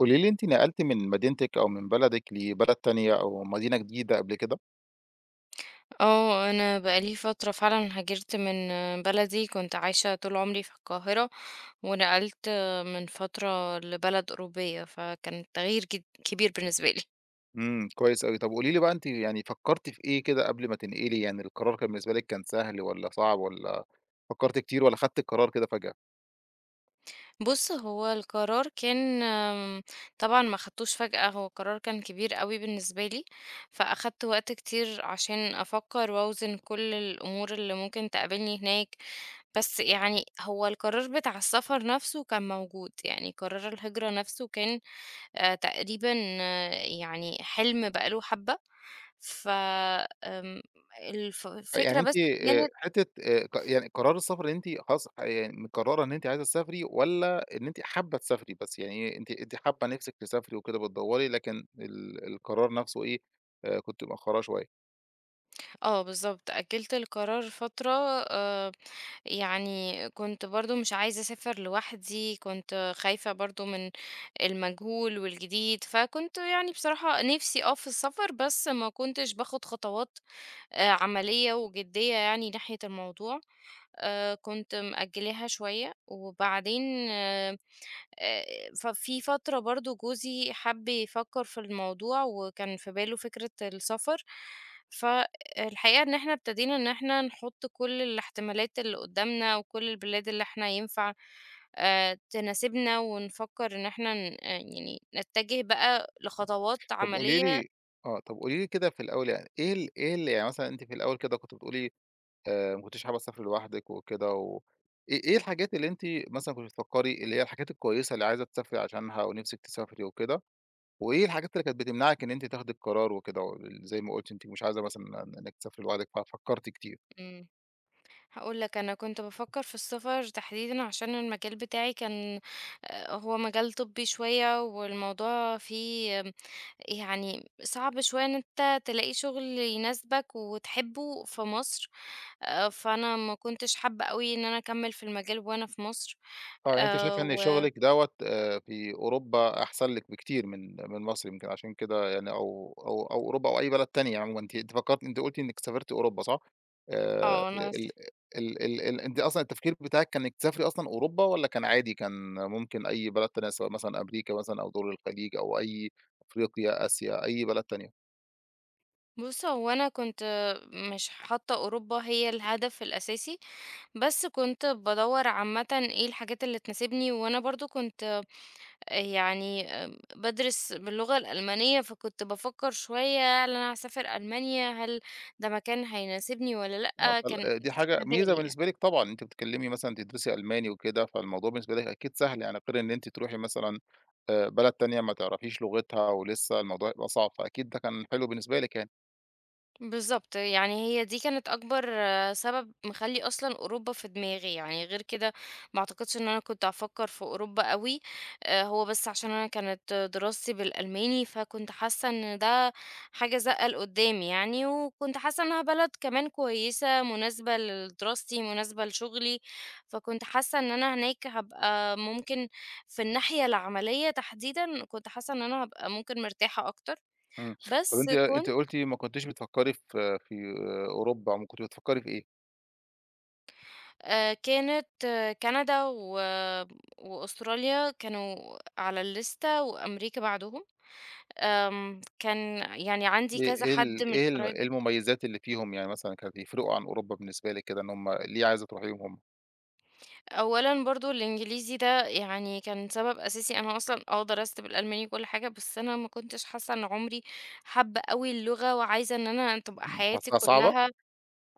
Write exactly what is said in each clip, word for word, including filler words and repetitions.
قولي لي أنتِ نقلتِ من مدينتِك أو من بلدِك لبلد تانية أو مدينة جديدة قبل كده؟ اه انا بقالي فترة فعلا هاجرت من بلدي. كنت عايشة طول عمري في القاهرة ونقلت من فترة لبلد أوروبية، فكان تغيير جد- كبير بالنسبة لي. إمم، كويس أوي. طب قولي لي بقى أنتِ يعني فكّرتِ في إيه كده قبل ما تنقلي، يعني القرار كان بالنسبة لِك كان سهل والّا صعب والّا فكّرتِ كتير والّا خدتِ القرار كده فجأة؟ بص، هو القرار كان آم، طبعا ما خدتوش فجأة. هو قرار كان كبير قوي بالنسبة لي، فأخدت وقت كتير عشان أفكر وأوزن كل الأمور اللي ممكن تقابلني هناك. بس يعني هو القرار بتاع السفر نفسه كان موجود، يعني قرار الهجرة نفسه كان آآ تقريبًا آه، يعني حلم بقى له حبّة، ف آمم الف يعني الفكرة بس. أنتِ آآ كانت حتّة آآ ق يعني قرار السفر اللي أنتِ خلاص آه، يعني مقرّرة إن أنتِ عايزة تسافري والّا إن أنتِ حابة تسافري بس، يعني إيه أنتِ أنتِ حابة نِفْسِك تسافري وكده بتدوّري لكن ال القرار نَفْسه إيه، آآ كنتِ مأخّراه شوية؟ آه بالضبط، أجّلت القرار فترة. آآ يعني كنت برضه مش عايزة أسافر لوحدي، كنت خايفة برضه من المجهول والجديد، فكنت يعني بصراحة نِفْسي آه في السفر، بس ما كنتش باخُد خطوات آآ عملية وجدية يعني ناحية الموضوع. آآ كنت مأجّلاها شوية، وبعدين آه، آآ ففي فترة برضه جوزي حَب يفكّر في الموضوع، وكان في باله فكرة السفر. فالحقيقة إن إحنا ابتدينا إن إحنا نحُط كل الاحتمالات اللي قُدّامنا وكل البلاد اللي إحنا ينفع آآ تناسبنا، ونفكّر إن إحنا ن آه، يعني نتجه بقى لخطوات طب قولي عملية. لي آه، طب قولي لي كده في الأول يعني إيه ال إيه ال يعني مثلًا أنتِ في الأول كده كنتِ بتقولي آآ، ما كنتيش حابة تسافري لوحدِك وكده و إيه إيه الحاجات اللي أنتِ مثلًا كنتِ بتفكّري اللي هي الحاجات الكويسة اللي عايزة تسافري عشانها ونِفْسِك تسافري وكده، وإيه الحاجات اللي كانت بتمنعِك إن أنتِ تاخدي القرار وكده و زي ما قُلتِ أنتِ مش عايزة مثلًا إنِّك تسافري لوحدِك ففكّرتِ كتير؟ إمم. هاقول لك، أنا كنت بافكّر في السفر تحديدًا عشان المجال بتاعي كان آآ هو مجال طبّي شوية، والموضوع فيه يعني صعب شوية إن أنت تلاقي شغل يناسبك وتحبه في مصر. آآ، فأنا ما كنتش حابة أوي إن أنا أكمّل في المجال وأنا في مصر. آه، يعني أنتِ آآ، شايفة إن و شغلِك دوّة آآ في أوروبا أحسن لِك بكتير من من مصر يمكن عشان كده يعني أو أو أو أوروبا أو أي بلد تانية عمومًا، أنتِ أنتِ فكرتِ أنتِ قُلتِ إنِّك سافرتِ أوروبا صح؟ آآ آه أنا س ال ال ال ال أنتِ أصلًا التفكير بتاعِك كان إنِّك تسافري أصلًا أوروبا والّا كان عادي كان ممكن أي بلد تانية سواء مثلًا أمريكا مثلًا أو دول الخليج أو أي أفريقيا، آسيا، أي بلد تانية؟ بُص، هو أنا كنت مش حاطة أوروبا هي الهدف الأساسي، بس كنت بادوّر عامةً إيه الحاجات اللي تناسبني. وأنا برضه كنت يعني آمم، بادرس باللغة الألمانية، فكنت بافكّر شوية: هل أنا هاسافر ألمانيا؟ هل ده مكان هيناسبني والّا آه، لأ؟ كان فال آآ دي حاجة في ميزة بالي يعني. بالنسبة لِك طبعًا، أنتِ بتتكلمي مثلًا تدرسي ألماني وكده، فالموضوع بالنسبة لِك أكيد سهل، يعني غير إن أنتِ تروحي مثلًا آآ بلد تانية ما تعرفيش لغتها ولسه الموضوع هيبقى صعب، فأكيد ده كان حلو بالنسبة لِك يعني. بالضبط، يعني هي دي كانت أكبر آه، سبب مخلّي أصلًا أوروبا في دماغي. يعني غير كده ما أعتقدش إن أنا كنت هافكّر في أوروبا أوي. آآ هو بس عشان أنا كانت دراستي بالألماني، فكنت حاسة إن ده حاجة زقة لقدّام يعني، وكنت حاسة إنها بلد كمان كويسة، مناسبة لدراستي، مناسبة لشغلي. فكنت حاسة إن أنا هناك هابقى ممكن، في الناحية العملية تحديدًا، كنت حاسة إن أنا هابقى ممكن مرتاحة أكتر. إمم، طب بس أنتِ أنتِ كنت قُلتِ ما كنتيش بتفكّري في في آه، أوروبا، أومال كنتِ بتفكّري في إيه؟ آآ كانت آه، كندا و وأستراليا كانوا على الليستة، وأمريكا بعدهم. آمم، كان يعني عندي إيه كذا إيه حد ال من إيه ال إيه قرايبي. المميزات اللي فيهم يعني مثلًا كانت يفرقوا عن أوروبا بالنسبة لِك كده إن هم ليه عايزة تروحيهم هم؟ أولًا برضه الإنجليزي ده يعني كان سبب أساسي. أنا أصلًا آه درست بالألماني وكل حاجة، بس أنا ما كنتش حاسة إن عمري حابة أوي اللغة وعايزة إن أنا تبقى إمم، حياتي حاساها صعبة؟ كلها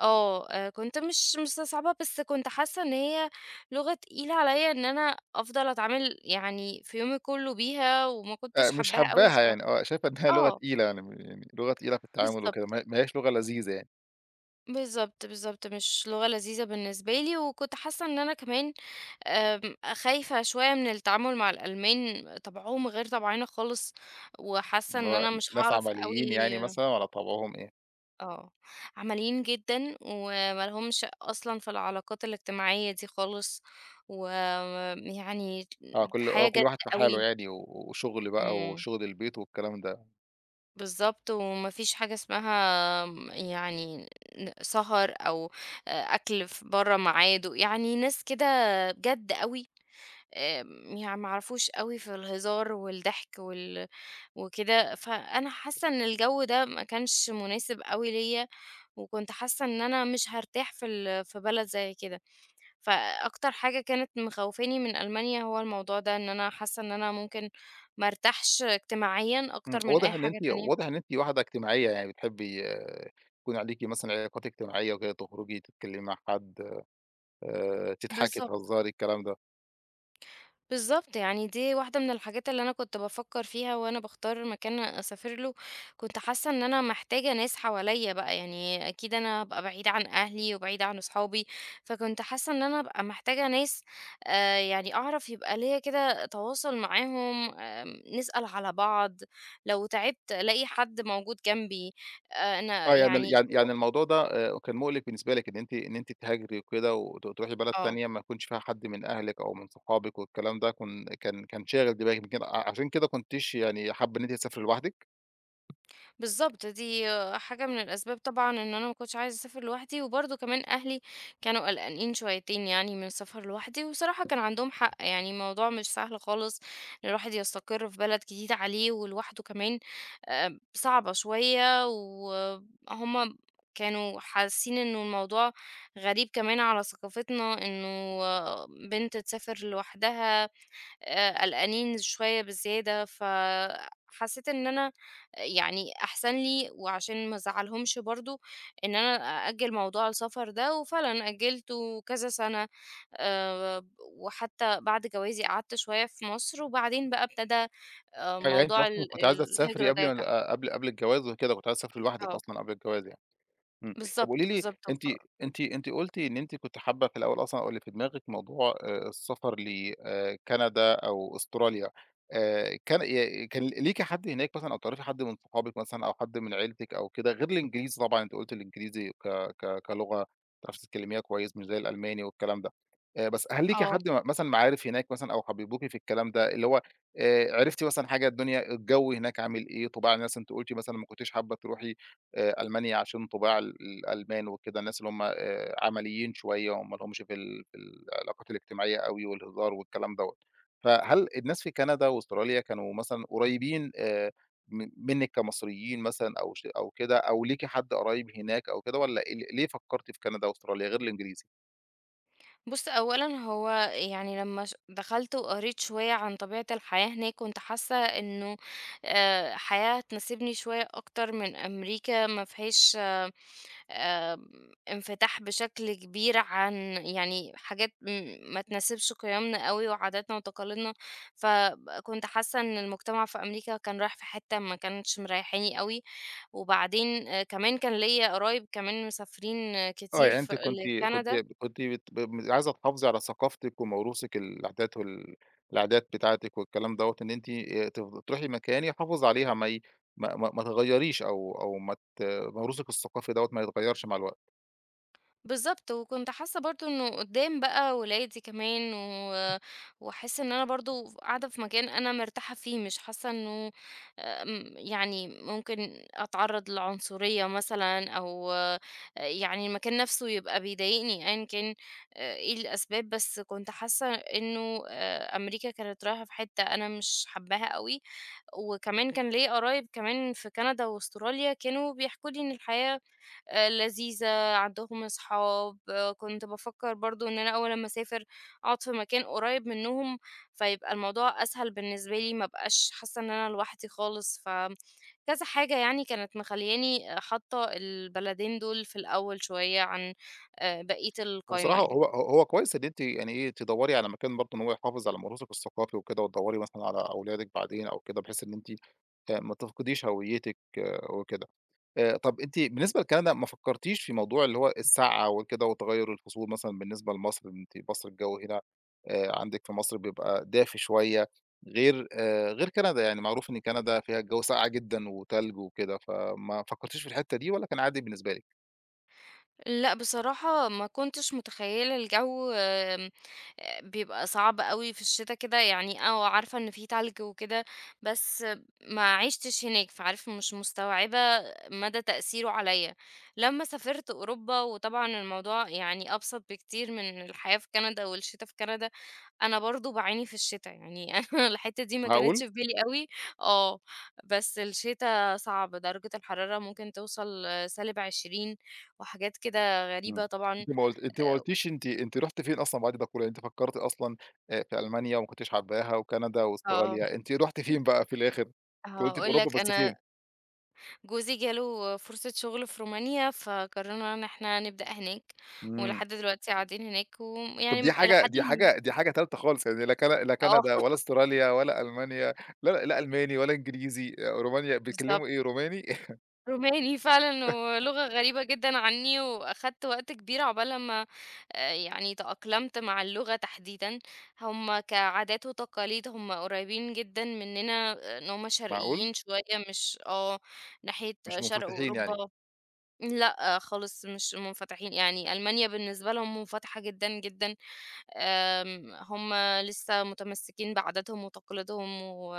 آه، آآ كنت مش مستصعباها، بس كنت حاسة إن هي لغة تقيلة عليَّ إن أنا أفضل أتعامل يعني في يومي كله بيها، وما آآ كنتش مش حاباها أوي حاباها الصراحة. يعني، آه، شايفة إنها لغة آه، تقيلة يعني م يعني لغة تقيلة في التعامل وكده، بالضبط، ما ما هياش لغة لذيذة يعني. بالضبط، بالضبط، مش لغة لذيذة بالنسبة لي. وكنت حاسة إن أنا كمان آمم خايفة شوية من التعامل مع الألمان. طبعهم غير طبعنا خالص، وحاسة اللي إن هو أنا ن مش ناس هاعرف عمليين يعني أوي مثلًا والّا طبعهم إيه؟ آه، عمليين جدا، وما لهمش أصلًا في العلاقات الاجتماعية دي خالص. ويعني آه، كل آه، حياة كل جد واحد في حاله أوي. يعني و وشغل بقى إمم، وشغل البيت والكلام ده. بالضبط، وما فيش حاجة اسمها م يعني ن سهر، أو آآ، أكل في برّه ميعاده، يعني ناس كده جد أوي. آمم، يعني ما يعرفوش أوي في الهزار والضحك وال وكده. فأنا حاسة إن الجو ده ما كانش مناسب أوي ليّا، وكنت حاسة إن أنا مش هارتاح في ال في بلد زي كده. فأكتر حاجة كانت مخوّفاني من ألمانيا هو الموضوع ده، إن أنا حاسة إن أنا ممكن ما أرتاحش اجتماعيًا إمم، أكتر من واضح أي إن أنتِ حاجة تانية. واضح إن أنتِ واحدة اجتماعية، يعني بتحبي آه، يكون عليكِ مثلًا علاقات اجتماعية وكده، تخرجي، تتكلمي مع حد، آآ، تضحكي، بالضبط. تهزري، الكلام ده. بالضبط، يعني دي واحدة من الحاجات اللي أنا كنت بافكّر فيها وأنا باختار مكان أسافر له. كنت حاسة إن أنا محتاجة ناس حواليّا بقى، يعني أكيد أنا هابقى بعيدة عن أهلي وبعيدة عن أصحابي. فكنت حاسة إن أنا هابقى محتاجة ناس آآ، يعني أعرف يبقى ليّا كده تواصل معاهم، آمم، نسأل على بعض، لو تعبت ألاقي حد موجود جنبي. آه أنا آه، يعني ال يعني يعني و يعني الموضوع ده آآ، كان مُقلِق بالنسبة لِك إن أنتِ إن أنتِ تهاجري وكده وت تروحي بلد آه. تانية ما يكونش فيها حد من أهلِك أو من صحابِك والكلام ده، كن كان كان شاغل دماغِك، يمكن ع عشان كده كنتيش يعني حابة إن أنتِ تسافري لوحدِك؟ بالضبط، دي حاجة من الأسباب طبعًا إن أنا ما كنتش عايزة أسافر لوحدي. وبرضه كمان أهلي كانوا قلقانين شويتين يعني من السفر لوحدي، وبصراحة كان عندهم حق. يعني الموضوع مش سهل خالص إن الواحد يستقر في بلد جديد عليه ولوحده كمان. آآ، صعبة شوية، وهُم كانوا حاسين إنه الموضوع غريب كمان على ثقافتنا، إنه آه، بنت تسافر لوحدها. آآ قلقانين شوية بزيادة، فحسيت إن أنا يعني أحسن لي، وعشان ما أزعّلهمش برضه، إن أنا أأجّل موضوع السفر ده. وفعلًا أجّلته كذا سَنة. آآ وحتى بعد جوازي قعدت شوية في مصر، وبعدين بقى ابتدى آآ آه، يعني أنتِ موضوع أصلًا ال كنتِ عايزة تسافري الهجرة ده قبل يرجع. ما قبل قبل الجواز وكده، كنتِ عايزة تسافري لوحدِك آه، أصلًا قبل الجواز يعني؟ إمم. طب قولي بالضبط، لي بالضبط، وف أنتِ أنتِ أنتِ قُلتِ إن أنتِ كنتِ حابة في الأول أصلًا أو اللي في دماغِك موضوع آآ السفر ل آآ كندا أو أستراليا. آآ كان ي كان ليكِ حد هناك مثلًا أو تعرفي حد من صحابِك مثلًا أو حد من عيلتِك أو كده غير الإنجليزي طبعًا أنتِ قُلتِ الإنجليزي ك ك كلغة بتعرفي تتكلميها كويس مش زي الألماني والكلام ده. آآ بس هل ليكِ آه. حد م مثلًا معارف هناك مثلًا أو حببوكِ في الكلام ده، اللي هو آآ عرفتِ مثلً حاجة الدنيا الجو هناك عامل إيه، طباع الناس أنتِ قُلتِ مثلًا ما كنتيش حابة تروحي آآ ألمانيا عشان طباع ال الألمان وكده، الناس اللي هُم آآ عمليين شوية وما لهمش في ال في العلاقات الاجتماعية أوي والهزار والكلام دوّة. فهل الناس في كندا وأستراليا كانوا مثلًا قريبين آآ م منِّك كمصريين مثلًا أو ش أو كده أو ليكِ حد قريب هناك أو كده والّا ال ليه فكّرتِ في كندا وأستراليا غير الإنجليزي؟ بُص، أولًا هو يعني لمّا ش دخلت وقريت شوية عن طبيعة الحياة هناك، كنت حاسة إنه آآ، حياة تناسبني شوية أكتر من أمريكا. ما فيهاش آمم، انفتاح بشكل كبير عن يعني حاجات م ما تناسبش قيمنا أوي وعاداتنا وتقاليدنا. فكنت حاسة إن المجتمع في أمريكا كان رايح في حتة ما كانتش مريحاني أوي. وبعدين آآ، كمان كان ليّا قرايب كمان مسافرين آه، آه، كتير يعني ف أنتِ كنتِ كنتِ لكندا. كنتِ بت ب عايزة تحافظي على ثقافتِك وموروثِك العادات وال العادات بتاعتِك والكلام دوّة، إن أنتِ آآ تف تروحي مكان يحافظ عليها ما ي ما ما ما تغيّريش أو أو ما ت موروثِك الثقافي دوّة ما يتغيّرش مع الوقت. بالضبط، وكنت حاسة برضه إنه قدّام بقى ولادي كمان، و وأحس إن أنا برضه ف قاعدة في مكان أنا مرتاحة فيه، مش حاسة إنه آمم، يعني ممكن أتعرّض للعنصرية مثلًا، أو آه، يعني المكان نَفْسه يبقى بيضايقني، أيًا كان آآ إيه الأسباب. بس كنت حاسة إنه آآ أمريكا كانت رايحة في حتّة أنا مش حاباها أوي. وكمان كان ليّا قرايب كمان في كندا وأستراليا، كانوا بيحكوا لي إن الحياة آآ لذيذة، عندهم أصحاب. آه، كنت بافكّر برضه إن أنا أول أمّا أسافر أقعد في مكان قريب منّهم، فيبقى الموضوع أسهل بالنسبة لي، ما أبقاش حاسّة إن أنا لوحدي خالص. ف كذا حاجة يعني كانت مخلّياني حاطّة البلدين دول في الأول شوية عن آآ بقية القايمة وبصراحة يعني. هو هو كويس إن أنتِ يعني إيه، تدوّري على مكان برضه إن هو يحافظ على موروثِك الثقافي وكده وتدوّري مثلًا على أولادِك بعدين أو كده بحيث إن أنتِ آآ ما تفقديش هويتِك آه، وكده. آآ طَب أنتِ بالنسبة لكندا ما فكّرتيش في موضوع اللي هو السَّقعة وكده وتغيُّر الفصول مثلًا بالنسبة لمصر، أنتِ مصر الجو هنا آآ عندِك في مصر بيبقى دافي شوية غير آآ غير كندا، يعني معروف إن كندا فيها الجو ساقع جدًا وتلج وكده، فما فكّرتيش في الحتّة دي والّا كان عادي بالنسبة لِك؟ لأ، بصراحة ما كنتش متخيلة الجو. آمم، آآ، بيبقى صعب أوي في الشتا كده يعني. آه، عارفة إن في تلج وكده، بس ما عِشتش هناك، فعارفة مش مستوعبة مدى تأثيره عليَّ. لمّا سافرت أوروبا وطبعًا الموضوع يعني أبسط بكتير من الحياة في كندا والشتا في كندا. أنا برضه باعاني في الشتا، يعني أنا الحتّة دي ما معقول؟! كانتش في بالي أوي. آه، بس الشتا صعب، درجة الحرارة ممكن توصل سالب عشرين وحاجات كده إمم. غريبة طبعًا. أنتِ ما قُلت أنتِ ما قُلتيش أنتِ أنتِ رُحتِ فين أصلًا بعد ده كُلّه، يعني أنتِ فكّرتِ أصلًا آآ في ألمانيا وما كنتيش حابّاها وكندا آه، وأستراليا، أنتِ رُحتِ فين بقى في الآخر؟ أنتِ قُلتِ في هاقول أوروبا لك، بس فين؟ أنا جوزي جاله فرصة شغل في رومانيا، فقررنا إن إحنا نبدأ هناك، إمم. ولحد دلوقتي قاعدين هناك. طب ويعني دي إلى حاجة حدٍ دي ما حاجة دي حاجة تالتة خالص، يعني لا كان لا آه، كندا ولا أستراليا ولا ألمانيا لا لا ألماني ولا إنجليزي، آه، رومانيا بيتكلموا بالضبط. إيه، روماني؟ روماني فعلًا، ولغة غريبة جدًا عني، وأخدت وقت كبير عقبال أمّا آآ يعني تأقلمت مع اللغة تحديدًا. هُم كعادات وتقاليد هُم قريبين جدًا مننا، آه، إن هُم معقول! شرقيين شوية، مش آه، ناحية مش آه، شرق منفتحين يعني، أوروبا. لأ آه، خالص مش منفتحين، يعني ألمانيا بالنسبة لهم منفتحة جدًا، جدًا. آمم، هُم لسه متمسكين بعاداتهم وتقاليدهم، و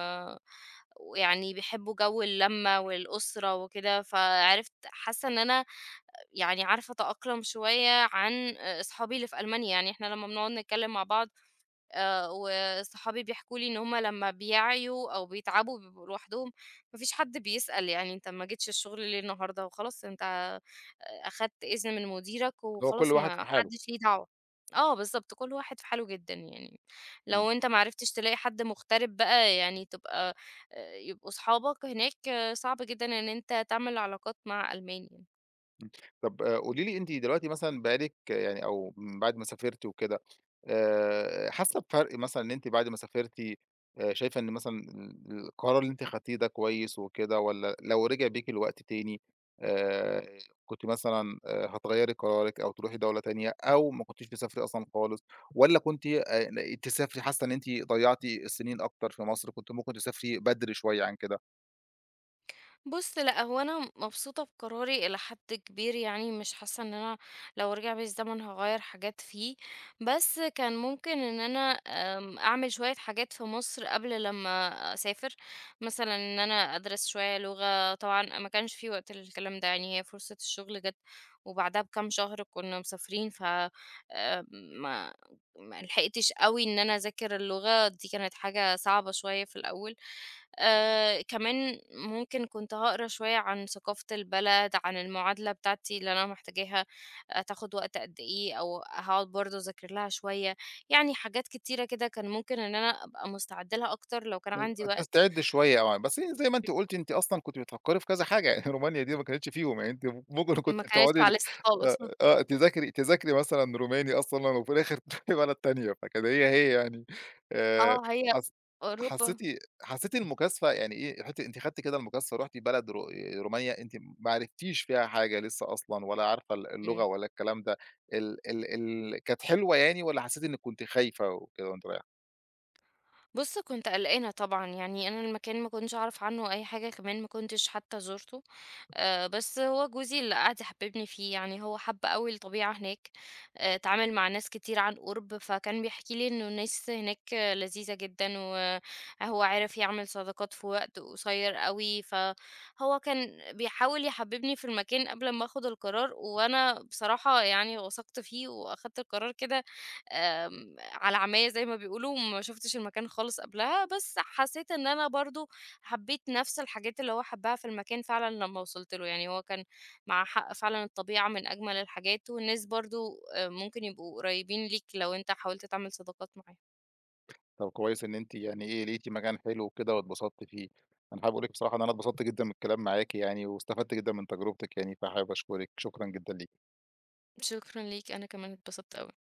ويعني بيحبوا جو اللمة والأسرة وكده. فعرفت حاسة إن أنا يعني عارفة أتأقلم شوية عن أصحابي اللي في ألمانيا. يعني إحنا لمّا بنقعد نتكلم مع بعض، آآ وصحابي بيحكوا لي إن هم لمّا بيعيوا أو بيتعبوا بيبقوا لوحدهم. ما فيش حد بيسأل يعني أنت ما جيتش الشغل ليه النهارده؟ وخلاص أنت آه، أخدت إذن من مديرك اللي هو كل وخلاص واحد في ما حاله. حدش ليه دعوة. آه بالضبط، كل واحد في حاله جدًا يعني. إمم. لو أنت ما عرفتش تلاقي حد مغترب بقى يعني تبقى آآ يبقوا صحابك هناك. آه، صعب جدًا إن أنت تعمل علاقات مع ألمان يعني. إمم. طب آآ قولي لي أنتِ دلوقتي مثلًا بقالِك آه، يعني أو من بعد ما سافرتِ وكده، آآ حاسة بفرق مثلًا إن أنتِ بعد ما سافرتِ آآ شايفة إن مثلًا ال القرار اللي أنتِ خدتيه ده كويس وكده والّا لو رجع بيك الوقت تاني آآ كنتِ مثلًا آآ هتغيّري قرارِك أو تروحي دولة تانية أو ما كنتيش تسافري أصلًا خالص والّا كنتِ آآ تسافري حاسة إن أنتِ ضيّعتِ السنين أكتر في مصر، كنتِ ممكن تسافري بدري شوية عن كده؟ بُص، لأ، هو أنا مبسوطة بقراري إلى حد كبير يعني، مش حاسة إن أنا لو رجع بيّا الزمن هاغيّر حاجات فيه. بس كان ممكن إن أنا آمم، أعمل شوية حاجات في مصر قبل لمّا أسافر. مثلًا إن أنا أدرس شوية لغة. طبعًا ما كانش في وقت للكلام ده يعني، هي فرصة الشغل جات وبعدها بكام شهر كنا مسافرين. ف آمم، ما ما لحقتش أوي إن أنا أذاكر اللغة، دي كانت حاجة صعبة شوية في الأول. آآ كمان ممكن كنت هاقرا شوية عن ثقافة البلد، عن المعادلة بتاعتي اللي أنا محتاجاها هتاخد وقت قد إيه، أو هاقعد برضه أذاكر لها شوية. يعني حاجات كتيرة كده كان ممكن إن أنا أبقى مستعدة لها أكتر لو كان عندي وقت. تستعد شوية آه، بس هي زي ما أنتِ قُلتِ أنتِ أصلًا كنتِ بتفكّري في كذا حاجة، يعني رومانيا دي ما كانتش فيهم، يعني أنتِ ممكن ما كنتِ تقعدي كانتش آآ، على لسه آه، خالص. آه، تذاكري تذاكري مثلًا روماني أصلًا وفي الآخر تروحي بلد تانية، فكانت هي، هي يعني آآ، آه هي حس حسّيتِ أوروبا. حسّيتِ المكاسفة يعني إيه حتّة أنتِ خدتِ كده المكاسفة رُحتِ بلد رو رومانيا أنتِ ما عرفتيش فيها حاجة لسه أصلًا ولا عارفة ال اللغة إمم. ولا الكلام ده، ال ال ال كانت حلوة يعني والّا حسّيتِ إنِّك كنتِ خايفة وكده وأنتِ رايحة؟ بُص كنت قلقانة طبعًا، يعني أنا المكان ما كنتش أعرف عنه أي حاجة، كمان ما كنتش حتى زورته. آآ، بس هو جوزي اللي قعد يحببني فيه. يعني هو حَب أوي الطبيعة هناك، آآ، اتعامل مع ناس كتير عن قُرب، فكان بيحكي لي إنه الناس هناك لذيذة جدًا، وهو عرف يعمل صداقات في وقت قصير أوي. فهو كان بيحاول يحببني في المكان قبل ما آخد القرار، وأنا بصراحة يعني وثقت فيه وأخدت القرار كده آمم، على عميّا زي ما بيقولوا. ما شُفتش المكان خالص قبلها، بس حسيت إن أنا برضه حبيت نفس الحاجات اللي هو حبها في المكان فعلًا لمّا وصلت له. يعني هو كان معاه حق فعلًا، الطبيعة من أجمل الحاجات، والناس برضه آآ ممكن يبقوا قريبين ليك لو أنت حاولت تعمل صداقات معاهم. طب كويس إن أنتِ يعني إيه، لقيتِ مكان حلو وكده واتبسطتِ فيه. أنا حابب أقول لِك بصراحة إن أنا اتبسطت جدًا من الكلام معاكِ يعني واستفدت جدًا من تجربتِك يعني، فحابب أشكرِك، شكرًا جدًا ليكِ. شكرًا ليك، أنا كمان اتبسطت أوي.